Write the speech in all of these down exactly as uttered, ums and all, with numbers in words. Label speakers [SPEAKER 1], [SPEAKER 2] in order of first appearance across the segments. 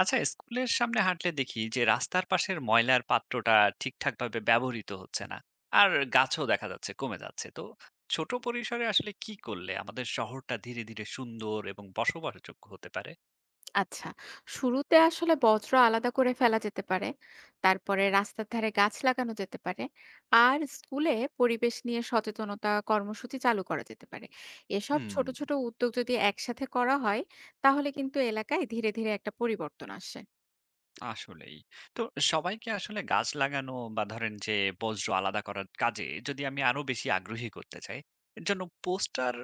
[SPEAKER 1] আচ্ছা, স্কুলের সামনে হাঁটলে দেখি যে রাস্তার পাশের ময়লার পাত্রটা ঠিকঠাক ভাবে ব্যবহৃত হচ্ছে না। আর গাছও দেখা যাচ্ছে কমে যাচ্ছে। তো ছোট পরিসরে আসলে কি করলে আমাদের শহরটা ধীরে ধীরে সুন্দর এবং বসবাসযোগ্য হতে পারে?
[SPEAKER 2] আচ্ছা, শুরুতে আসলে বজ্র আলাদা করে ফেলা যেতে পারে। তারপরে রাস্তার ধারে গাছ লাগানো যেতে পারে। আর স্কুলে পরিবেশ নিয়ে সচেতনতা কর্মসূচি চালু করা যেতে পারে। এসব
[SPEAKER 1] হুম।
[SPEAKER 2] ছোট, ছোট উদ্যোগ যদি একসাথে করা হয়, তাহলে কিন্তু এলাকায় ধীরে, ধীরে একটা পরিবর্তন আসে।
[SPEAKER 1] আসলেই। তো সবাইকে আসলে গাছ লাগানো বা ধরেন যে বজ্র আলাদা করার কাজে যদি আমি আরো বেশি আগ্রহী করতে চাই, এর জন্য পোস্টার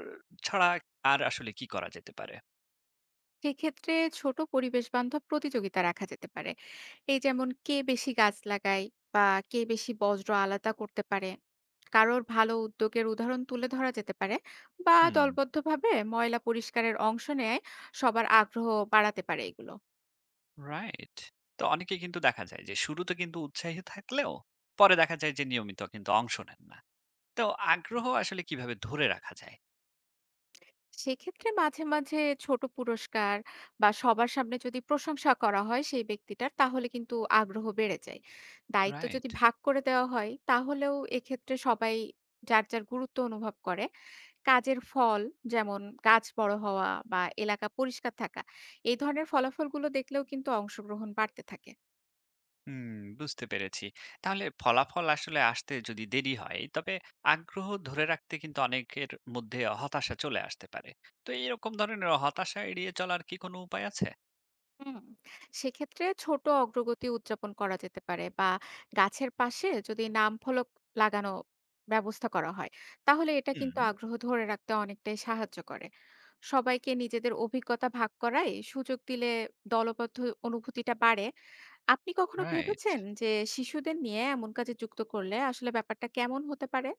[SPEAKER 1] ছাড়া আর আসলে কি করা যেতে পারে?
[SPEAKER 2] সেক্ষেত্রে ছোট পরিবেশবান্ধব প্রতিযোগিতা রাখা যেতে পারে। এই যেমন কে বেশি গাছ লাগায় বা কে বেশি বজ্র আলাদা করতে পারে। কারোর ভালো উদ্যোগের উদাহরণ তুলে ধরা যেতে পারে বা
[SPEAKER 1] হুম।
[SPEAKER 2] দলবদ্ধভাবে ময়লা পরিষ্কারের অংশ নেয়। সবার আগ্রহ বাড়াতে পারে এগুলো।
[SPEAKER 1] রাইট। তো অনেকে কিন্তু দেখা যায় যে শুরুতে কিন্তু উৎসাহী থাকলেও পরে দেখা যায় যে নিয়মিত কিন্তু অংশ নেন না। তো আগ্রহ আসলে কিভাবে ধরে রাখা যায়?
[SPEAKER 2] সেক্ষেত্রে মাঝে মাঝে ছোট পুরস্কার বা সবার সামনে যদি প্রশংসা করা হয় সেই ব্যক্তিটার, তাহলে কিন্তু আগ্রহ বেড়ে যায়। দায়িত্ব
[SPEAKER 1] রাইট।
[SPEAKER 2] যদি ভাগ করে দেওয়া হয় তাহলেও এক্ষেত্রে সবাই যার যার গুরুত্ব অনুভব করে। কাজের ফল, যেমন গাছ বড় হওয়া বা এলাকা পরিষ্কার থাকা, এই ধরনের ফলাফলগুলো দেখলেও কিন্তু অংশগ্রহণ বাড়তে থাকে।
[SPEAKER 1] হুম, বুঝতে পেরেছি। তাহলে ফলাফল আসলে আসতে যদি দেরি হয় তবে আগ্রহ ধরে রাখতে কিন্তু অনেকের মধ্যে হতাশা চলে আসতে পারে। তো এরকম ধরনের হতাশা এড়িয়ে চলার কি কোনো উপায় আছে?
[SPEAKER 2] হুম, সেক্ষেত্রে ছোট অগ্রগতি উদযাপন করা যেতে পারে বা গাছের পাশে যদি নাম ফলক লাগানো ব্যবস্থা করা হয়, তাহলে এটা
[SPEAKER 1] হুম।
[SPEAKER 2] কিন্তু আগ্রহ ধরে রাখতে অনেকটাই সাহায্য করে। সবাইকে নিজেদের অভিজ্ঞতা ভাগ করায় সুযোগ দিলে দলবদ্ধ অনুভূতিটা বাড়ে। আপনি কখনো
[SPEAKER 1] রাইট।
[SPEAKER 2] ভেবেছেন যে শিশুদের নিয়ে এমন কাজে যুক্ত করলে আসলে ব্যাপারটা কেমন হতে পারে?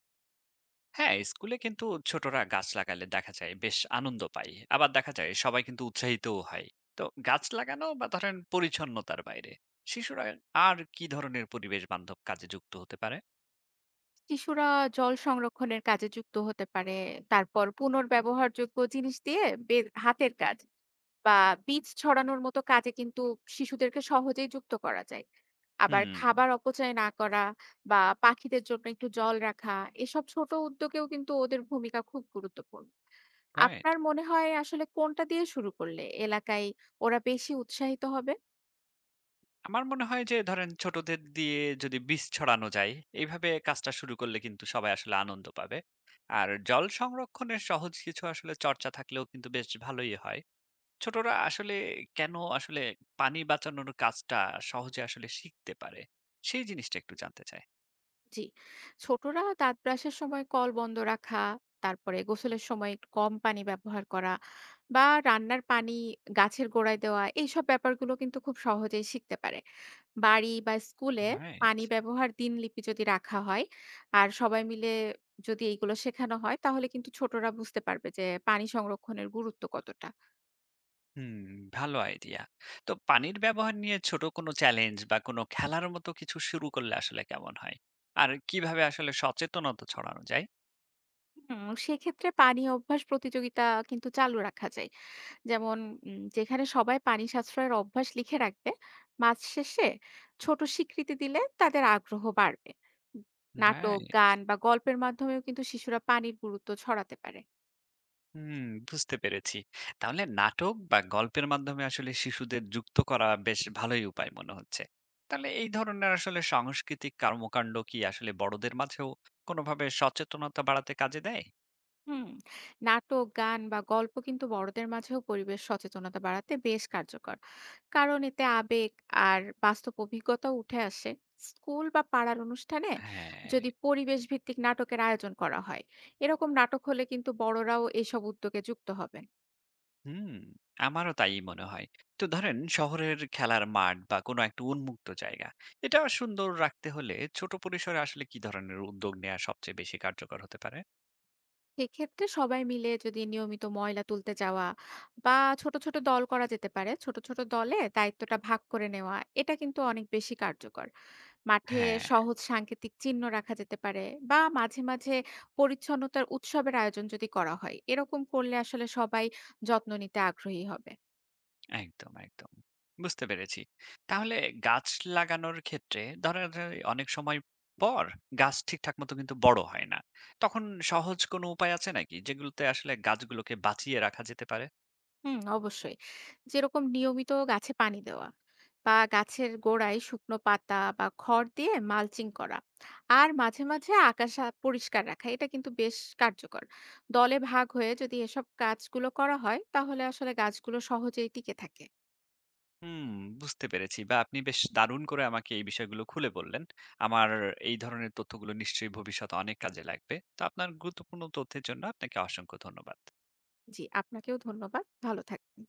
[SPEAKER 1] হ্যাঁ, স্কুলে কিন্তু ছোটরা গাছ লাগালে দেখা যায় বেশ আনন্দ পায়। আবার দেখা যায় সবাই কিন্তু উৎসাহিতও হয়। তো গাছ লাগানো বা ধরেন পরিচ্ছন্নতার বাইরে শিশুরা আর কি ধরনের পরিবেশ বান্ধব কাজে যুক্ত হতে পারে?
[SPEAKER 2] শিশুরা জল সংরক্ষণের কাজে যুক্ত হতে পারে। তারপর পুনর্ব্যবহারযোগ্য জিনিস দিয়ে বে- হাতের কাজ বা বীজ ছড়ানোর মতো কাজে কিন্তু শিশুদেরকে সহজেই যুক্ত করা যায়। আবার
[SPEAKER 1] হুম।
[SPEAKER 2] খাবার অপচয় না করা বা পাখিদের জন্য একটু জল রাখা, এসব ছোট উদ্যোগেও কিন্তু ওদের ভূমিকা খুব গুরুত্বপূর্ণ।
[SPEAKER 1] রাইট।
[SPEAKER 2] আপনার মনে হয় আসলে কোনটা দিয়ে শুরু করলে এলাকায় ওরা বেশি উৎসাহিত হবে?
[SPEAKER 1] আমার মনে হয় যে ধরেন ছোটদের দিয়ে যদি বীজ ছড়ানো যায়, এইভাবে কাজটা শুরু করলে কিন্তু সবাই আসলে আনন্দ পাবে। আর জল সংরক্ষণের সহজ কিছু আসলে চর্চা থাকলেও কিন্তু বেশ ভালোই হয়। ছোটরা আসলে কেন আসলে পানি বাঁচানোর কাজটা সহজে আসলে শিখতে পারে, সেই জিনিসটা একটু জানতে চাই।
[SPEAKER 2] জি, ছোটরা দাঁত ব্রাশের সময় কল বন্ধ রাখা, তারপরে গোসলের সময় একটু কম পানি ব্যবহার করা বা রান্নার পানি গাছের গোড়ায় দেওয়া, এইসব ব্যাপারগুলো কিন্তু খুব সহজেই শিখতে পারে। বাড়ি বা স্কুলে
[SPEAKER 1] রাইট।
[SPEAKER 2] পানি ব্যবহার দিনলিপি যদি রাখা হয় আর সবাই মিলে যদি এইগুলো শেখানো হয়, তাহলে কিন্তু ছোটরা বুঝতে পারবে যে পানি সংরক্ষণের গুরুত্ব কতটা।
[SPEAKER 1] হুম, ভালো আইডিয়া। তো পানির ব্যবহার নিয়ে ছোট কোনো চ্যালেঞ্জ বা কোনো খেলার মতো কিছু শুরু করলে আসলে কেমন হয়? আর কিভাবে আসলে সচেতনতা ছড়ানো
[SPEAKER 2] হুম, সেক্ষেত্রে পানি অভ্যাস প্রতিযোগিতা কিন্তু চালু রাখা যায়। যেমন, উম, যেখানে সবাই পানি সাশ্রয়ের অভ্যাস লিখে রাখবে। মাস শেষে ছোট স্বীকৃতি দিলে তাদের আগ্রহ বাড়বে। উম, নাটক
[SPEAKER 1] যায়?
[SPEAKER 2] গান বা গল্পের মাধ্যমেও কিন্তু শিশুরা পানির গুরুত্ব ছড়াতে পারে।
[SPEAKER 1] হুম, বুঝতে পেরেছি। তাহলে নাটক বা গল্পের মাধ্যমে আসলে শিশুদের যুক্ত করা বেশ ভালোই উপায় মনে হচ্ছে। তাহলে এই ধরনের আসলে সাংস্কৃতিক কর্মকাণ্ড কি আসলে বড়দের মাঝেও কোনোভাবে সচেতনতা বাড়াতে কাজে দেয়?
[SPEAKER 2] হুম, নাটক গান বা গল্প কিন্তু বড়দের মাঝেও পরিবেশ সচেতনতা বাড়াতে বেশ কার্যকর, কারণ এতে আবেগ আর বাস্তব অভিজ্ঞতা উঠে আসে। স্কুল বা পাড়ার অনুষ্ঠানে
[SPEAKER 1] হ্যাঁ।
[SPEAKER 2] যদি পরিবেশ ভিত্তিক নাটকের আয়োজন করা হয়, এরকম নাটক হলে কিন্তু বড়রাও এইসব উদ্যোগে যুক্ত হবেন।
[SPEAKER 1] হুম, আমারও তাই মনে হয়। তো ধরেন শহরের খেলার মাঠ বা কোনো একটা উন্মুক্ত জায়গা, এটা সুন্দর রাখতে হলে ছোট পরিসরে আসলে কি ধরনের উদ্যোগ নেওয়া সবচেয়ে বেশি কার্যকর হতে পারে?
[SPEAKER 2] সেক্ষেত্রে সবাই মিলে যদি নিয়মিত ময়লা তুলতে যাওয়া বা ছোট ছোট দল করা যেতে পারে। ছোট ছোট দলে দায়িত্বটা ভাগ করে নেওয়া, এটা কিন্তু অনেক বেশি কার্যকর। মাঠে
[SPEAKER 1] হ্যাঁ।
[SPEAKER 2] সহজ সাংকেতিক চিহ্ন রাখা যেতে পারে বা মাঝে মাঝে পরিচ্ছন্নতার উৎসবের আয়োজন যদি করা হয়, এরকম করলে আসলে সবাই যত্ন নিতে আগ্রহী হবে।
[SPEAKER 1] একদম, একদম। বুঝতে পেরেছি। তাহলে গাছ লাগানোর ক্ষেত্রে ধরা যায় অনেক সময় পর গাছ ঠিকঠাক মতো কিন্তু বড় হয় না। তখন সহজ কোনো উপায় আছে নাকি, যেগুলোতে আসলে গাছগুলোকে বাঁচিয়ে রাখা যেতে পারে?
[SPEAKER 2] হুম, অবশ্যই। যেরকম নিয়মিত গাছে পানি দেওয়া বা গাছের গোড়ায় শুকনো পাতা বা খড় দিয়ে মালচিং করা আর মাঝে, মাঝে আকাশ আ পরিষ্কার রাখা। এটা কিন্তু বেশ কার্যকর। দলে ভাগ হয়ে যদি এসব কাজগুলো করা হয়, তাহলে আসলে গাছগুলো সহজেই টিকে থাকে।
[SPEAKER 1] হুম, বুঝতে পেরেছি। বা আপনি বেশ দারুণ করে আমাকে এই বিষয়গুলো খুলে বললেন। আমার এই ধরনের তথ্যগুলো নিশ্চয়ই ভবিষ্যতে অনেক কাজে লাগবে। তো আপনার গুরুত্বপূর্ণ তথ্যের জন্য আপনাকে অসংখ্য ধন্যবাদ।
[SPEAKER 2] জি, আপনাকেও ধন্যবাদ। ভালো থাকবেন।